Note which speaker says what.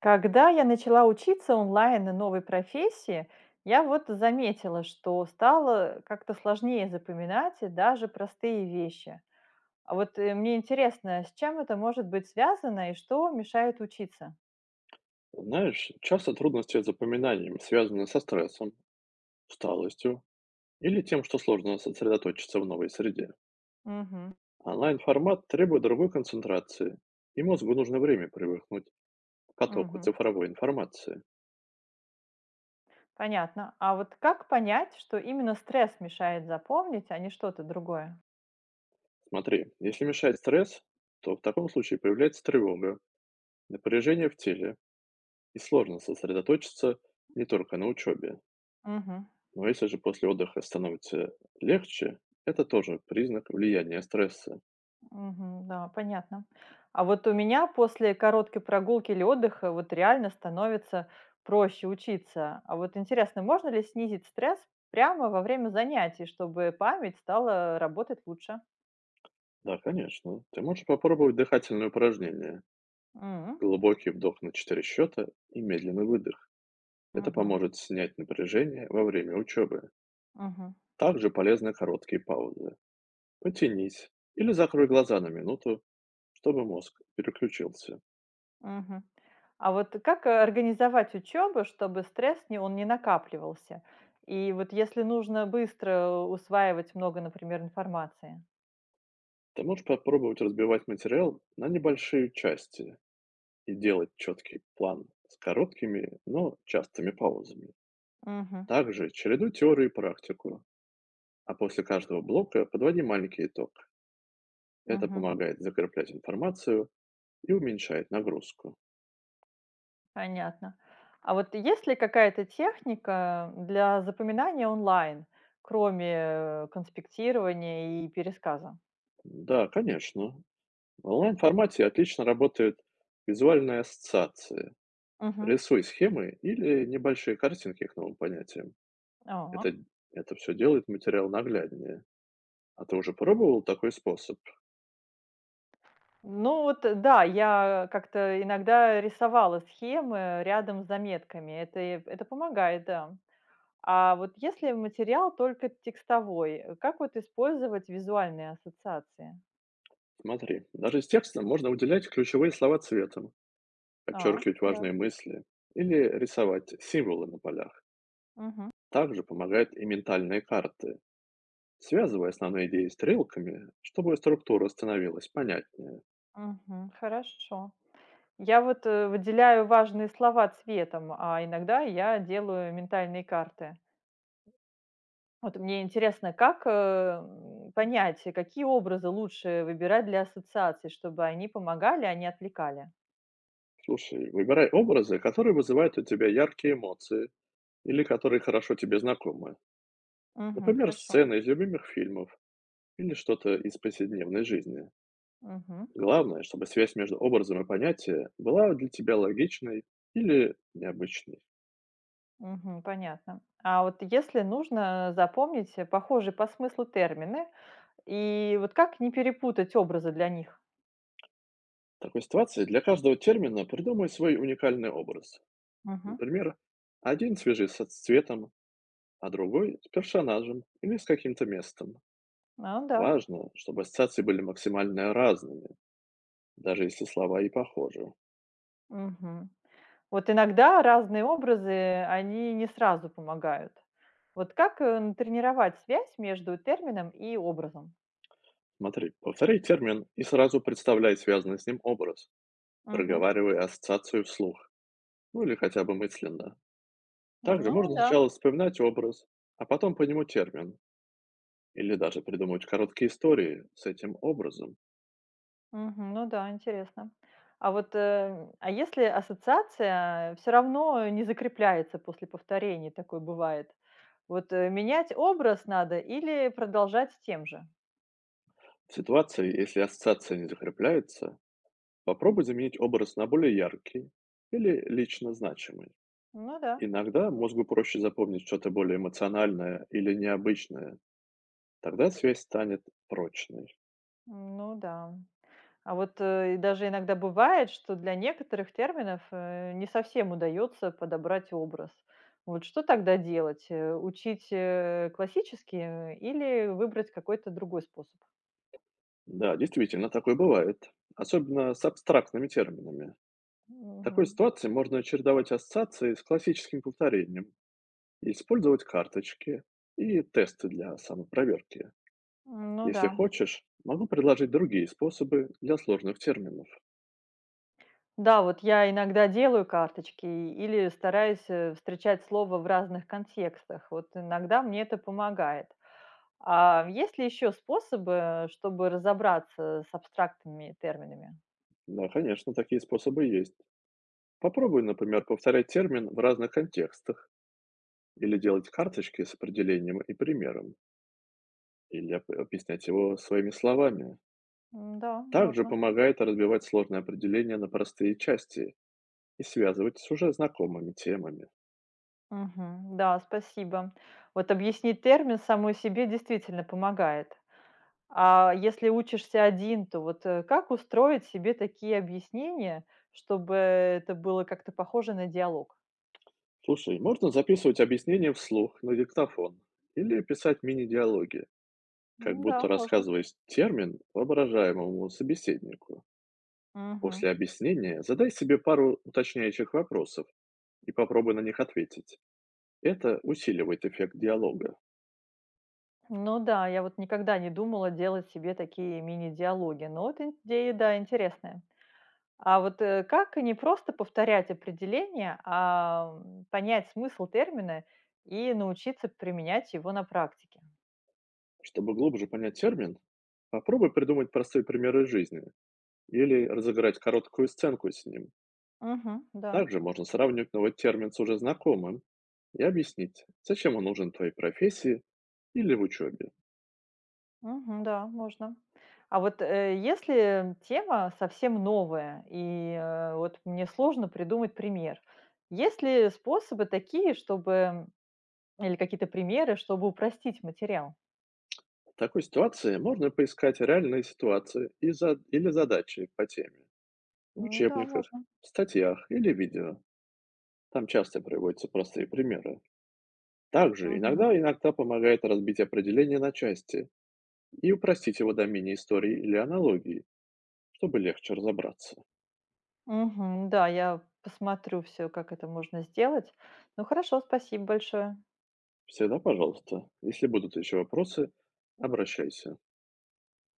Speaker 1: Когда я начала учиться онлайн на новой профессии, я вот заметила, что стало как-то сложнее запоминать и даже простые вещи. А вот мне интересно, с чем это может быть связано и что мешает учиться?
Speaker 2: Знаешь, часто трудности с запоминанием связаны со стрессом, усталостью или тем, что сложно сосредоточиться в новой среде.
Speaker 1: Мгм,
Speaker 2: Онлайн-формат требует другой концентрации, и мозгу нужно время привыкнуть к потоку
Speaker 1: мгм.
Speaker 2: цифровой информации.
Speaker 1: Понятно. А вот как понять, что именно стресс мешает запомнить, а не что-то другое?
Speaker 2: Смотри, если мешает стресс, то в таком случае появляется тревога, напряжение в теле, и сложно сосредоточиться не только на учебе.
Speaker 1: Мгм.
Speaker 2: Но если же после отдыха становится легче, это тоже признак влияния стресса.
Speaker 1: Мгм. Да, понятно. А вот у меня после короткой прогулки или отдыха вот реально становится проще учиться. А вот интересно, можно ли снизить стресс прямо во время занятий, чтобы память стала работать лучше?
Speaker 2: Да, конечно. Ты можешь попробовать дыхательные упражнения.
Speaker 1: М,
Speaker 2: Глубокий вдох на 4 счета и медленный выдох. Это
Speaker 1: мгм,
Speaker 2: поможет снять напряжение во время учебы.
Speaker 1: мгм,
Speaker 2: Также полезны короткие паузы. Потянись или закрой глаза на 1 минуту, чтобы мозг переключился.
Speaker 1: мгм. А вот как организовать учебу, чтобы стресс не, он не накапливался? И вот если нужно быстро усваивать много, например, информации.
Speaker 2: Ты можешь попробовать разбивать материал на небольшие части и делать четкий план с короткими, но частыми паузами.
Speaker 1: Мгм,
Speaker 2: Также чередуй теорию и практику, а после каждого блока подводи маленький итог. Это
Speaker 1: мгм.
Speaker 2: помогает закреплять информацию и уменьшает нагрузку.
Speaker 1: Понятно. А вот есть ли какая-то техника для запоминания онлайн, кроме конспектирования и пересказа?
Speaker 2: Да, конечно. В онлайн-формате отлично работают визуальные ассоциации.
Speaker 1: Мгм.
Speaker 2: Рисуй схемы или небольшие картинки к новым понятиям.
Speaker 1: Ага.
Speaker 2: Это, это все делает материал нагляднее. А ты уже пробовал такой способ?
Speaker 1: Ну вот, да, я как-то иногда рисовала схемы рядом с заметками. Это помогает, да. А вот если материал только текстовой, как вот использовать визуальные ассоциации?
Speaker 2: Смотри, даже с текстом можно выделять ключевые слова цветом,
Speaker 1: А,
Speaker 2: подчеркивать
Speaker 1: да.
Speaker 2: важные мысли или рисовать символы на полях.
Speaker 1: Мгм.
Speaker 2: Также помогают и ментальные карты. Связывай основные идеи стрелками, чтобы структура становилась понятнее.
Speaker 1: Мгм. Хорошо. Я вот, выделяю важные слова цветом, а иногда я делаю ментальные карты. Вот мне интересно, как, понять, какие образы лучше выбирать для ассоциаций, чтобы они помогали, а не отвлекали?
Speaker 2: Слушай, выбирай образы, которые вызывают у тебя яркие эмоции или которые хорошо тебе знакомы.
Speaker 1: Мгм.
Speaker 2: Например,
Speaker 1: Хорошо.
Speaker 2: сцены из любимых фильмов или что-то из повседневной жизни.
Speaker 1: Мгм.
Speaker 2: Главное, чтобы связь между образом и понятием была для тебя логичной или необычной.
Speaker 1: Мгм. Понятно. А вот если нужно запомнить, похожие по смыслу термины, и вот как не перепутать образы для них?
Speaker 2: В такой ситуации для каждого термина придумай свой уникальный образ.
Speaker 1: Мгм.
Speaker 2: Например, один свяжи с цветом, а другой с персонажем или с каким-то местом.
Speaker 1: А, да.
Speaker 2: Важно, чтобы ассоциации были максимально разными, даже если слова и похожи.
Speaker 1: Мгм. Вот иногда разные образы, они не сразу помогают. Вот как, натренировать связь между термином и образом?
Speaker 2: Смотри, повторяй термин и сразу представляй связанный с ним образ,
Speaker 1: Мгм.
Speaker 2: проговаривая ассоциацию вслух, ну или хотя бы мысленно. Также
Speaker 1: Ну
Speaker 2: можно
Speaker 1: да,
Speaker 2: сначала вспоминать образ, а потом по нему термин, или даже придумать короткие истории с этим образом.
Speaker 1: мгм, ну да, интересно. А вот, а если ассоциация все равно не закрепляется после повторений, такое бывает, вот, менять образ надо или продолжать с тем же?
Speaker 2: В ситуации, если ассоциация не закрепляется, попробуй заменить образ на более яркий или лично значимый.
Speaker 1: Ну да,
Speaker 2: Иногда мозгу проще запомнить что-то более эмоциональное или необычное. Тогда связь станет прочной.
Speaker 1: ну да. А вот, и даже иногда бывает, что для некоторых терминов, не совсем удается подобрать образ. Вот что тогда делать? Учить, классические или выбрать какой-то другой способ?
Speaker 2: Да, действительно, такое бывает. Особенно с абстрактными терминами. В такой
Speaker 1: Мгм.
Speaker 2: ситуации можно чередовать ассоциации с классическим повторением, использовать карточки и тесты для самопроверки.
Speaker 1: Ну да.
Speaker 2: Если хочешь, могу предложить другие способы для сложных терминов.
Speaker 1: Да, вот я иногда делаю карточки или стараюсь, встречать слово в разных контекстах. Вот иногда мне это помогает. А есть ли еще способы, чтобы разобраться с абстрактными терминами?
Speaker 2: Да, конечно, такие способы есть. Попробуй, например, повторять термин в разных контекстах. Или делать карточки с определением и примером, или объяснять его своими словами.
Speaker 1: Да,
Speaker 2: Также
Speaker 1: можно.
Speaker 2: помогает разбивать сложные определения на простые части и связывать с уже знакомыми темами.
Speaker 1: Мгм. Да, спасибо. Вот объяснить термин самой себе действительно помогает. А если учишься один, то вот как устроить себе такие объяснения, чтобы это было как-то похоже на диалог?
Speaker 2: Слушай, можно записывать объяснения вслух на диктофон или писать мини-диалоги, как
Speaker 1: Да,
Speaker 2: будто
Speaker 1: можно.
Speaker 2: рассказывая термин воображаемому собеседнику.
Speaker 1: Мгм.
Speaker 2: После объяснения задай себе пару уточняющих вопросов и попробуй на них ответить. Это усиливает эффект диалога.
Speaker 1: Ну да, я вот никогда не думала делать себе такие мини-диалоги, но вот идея, да, интересная. А вот как не просто повторять определение, а понять смысл термина и научиться применять его на практике?
Speaker 2: Чтобы глубже понять термин, попробуй придумать простые примеры из жизни или разыграть короткую сценку с ним.
Speaker 1: Мгм. Да.
Speaker 2: Также можно сравнивать новый термин с уже знакомым и объяснить, зачем он нужен в твоей профессии или в учебе.
Speaker 1: Мгм. Да, можно. А вот, если тема совсем новая, и, вот мне сложно придумать пример. Есть ли способы такие, чтобы или какие-то примеры, чтобы упростить материал?
Speaker 2: В такой ситуации можно поискать реальные ситуации и или задачи по теме в
Speaker 1: Да,
Speaker 2: учебниках,
Speaker 1: можно.
Speaker 2: статьях или видео. Там часто приводятся простые примеры. Также
Speaker 1: Мгм.
Speaker 2: иногда помогает разбить определение на части и упростить его до мини-истории или аналогии. Чтобы легче разобраться.
Speaker 1: Мгм. Да, я посмотрю все, как это можно сделать. Ну, хорошо, спасибо большое.
Speaker 2: Всегда пожалуйста. Если будут еще вопросы, обращайся.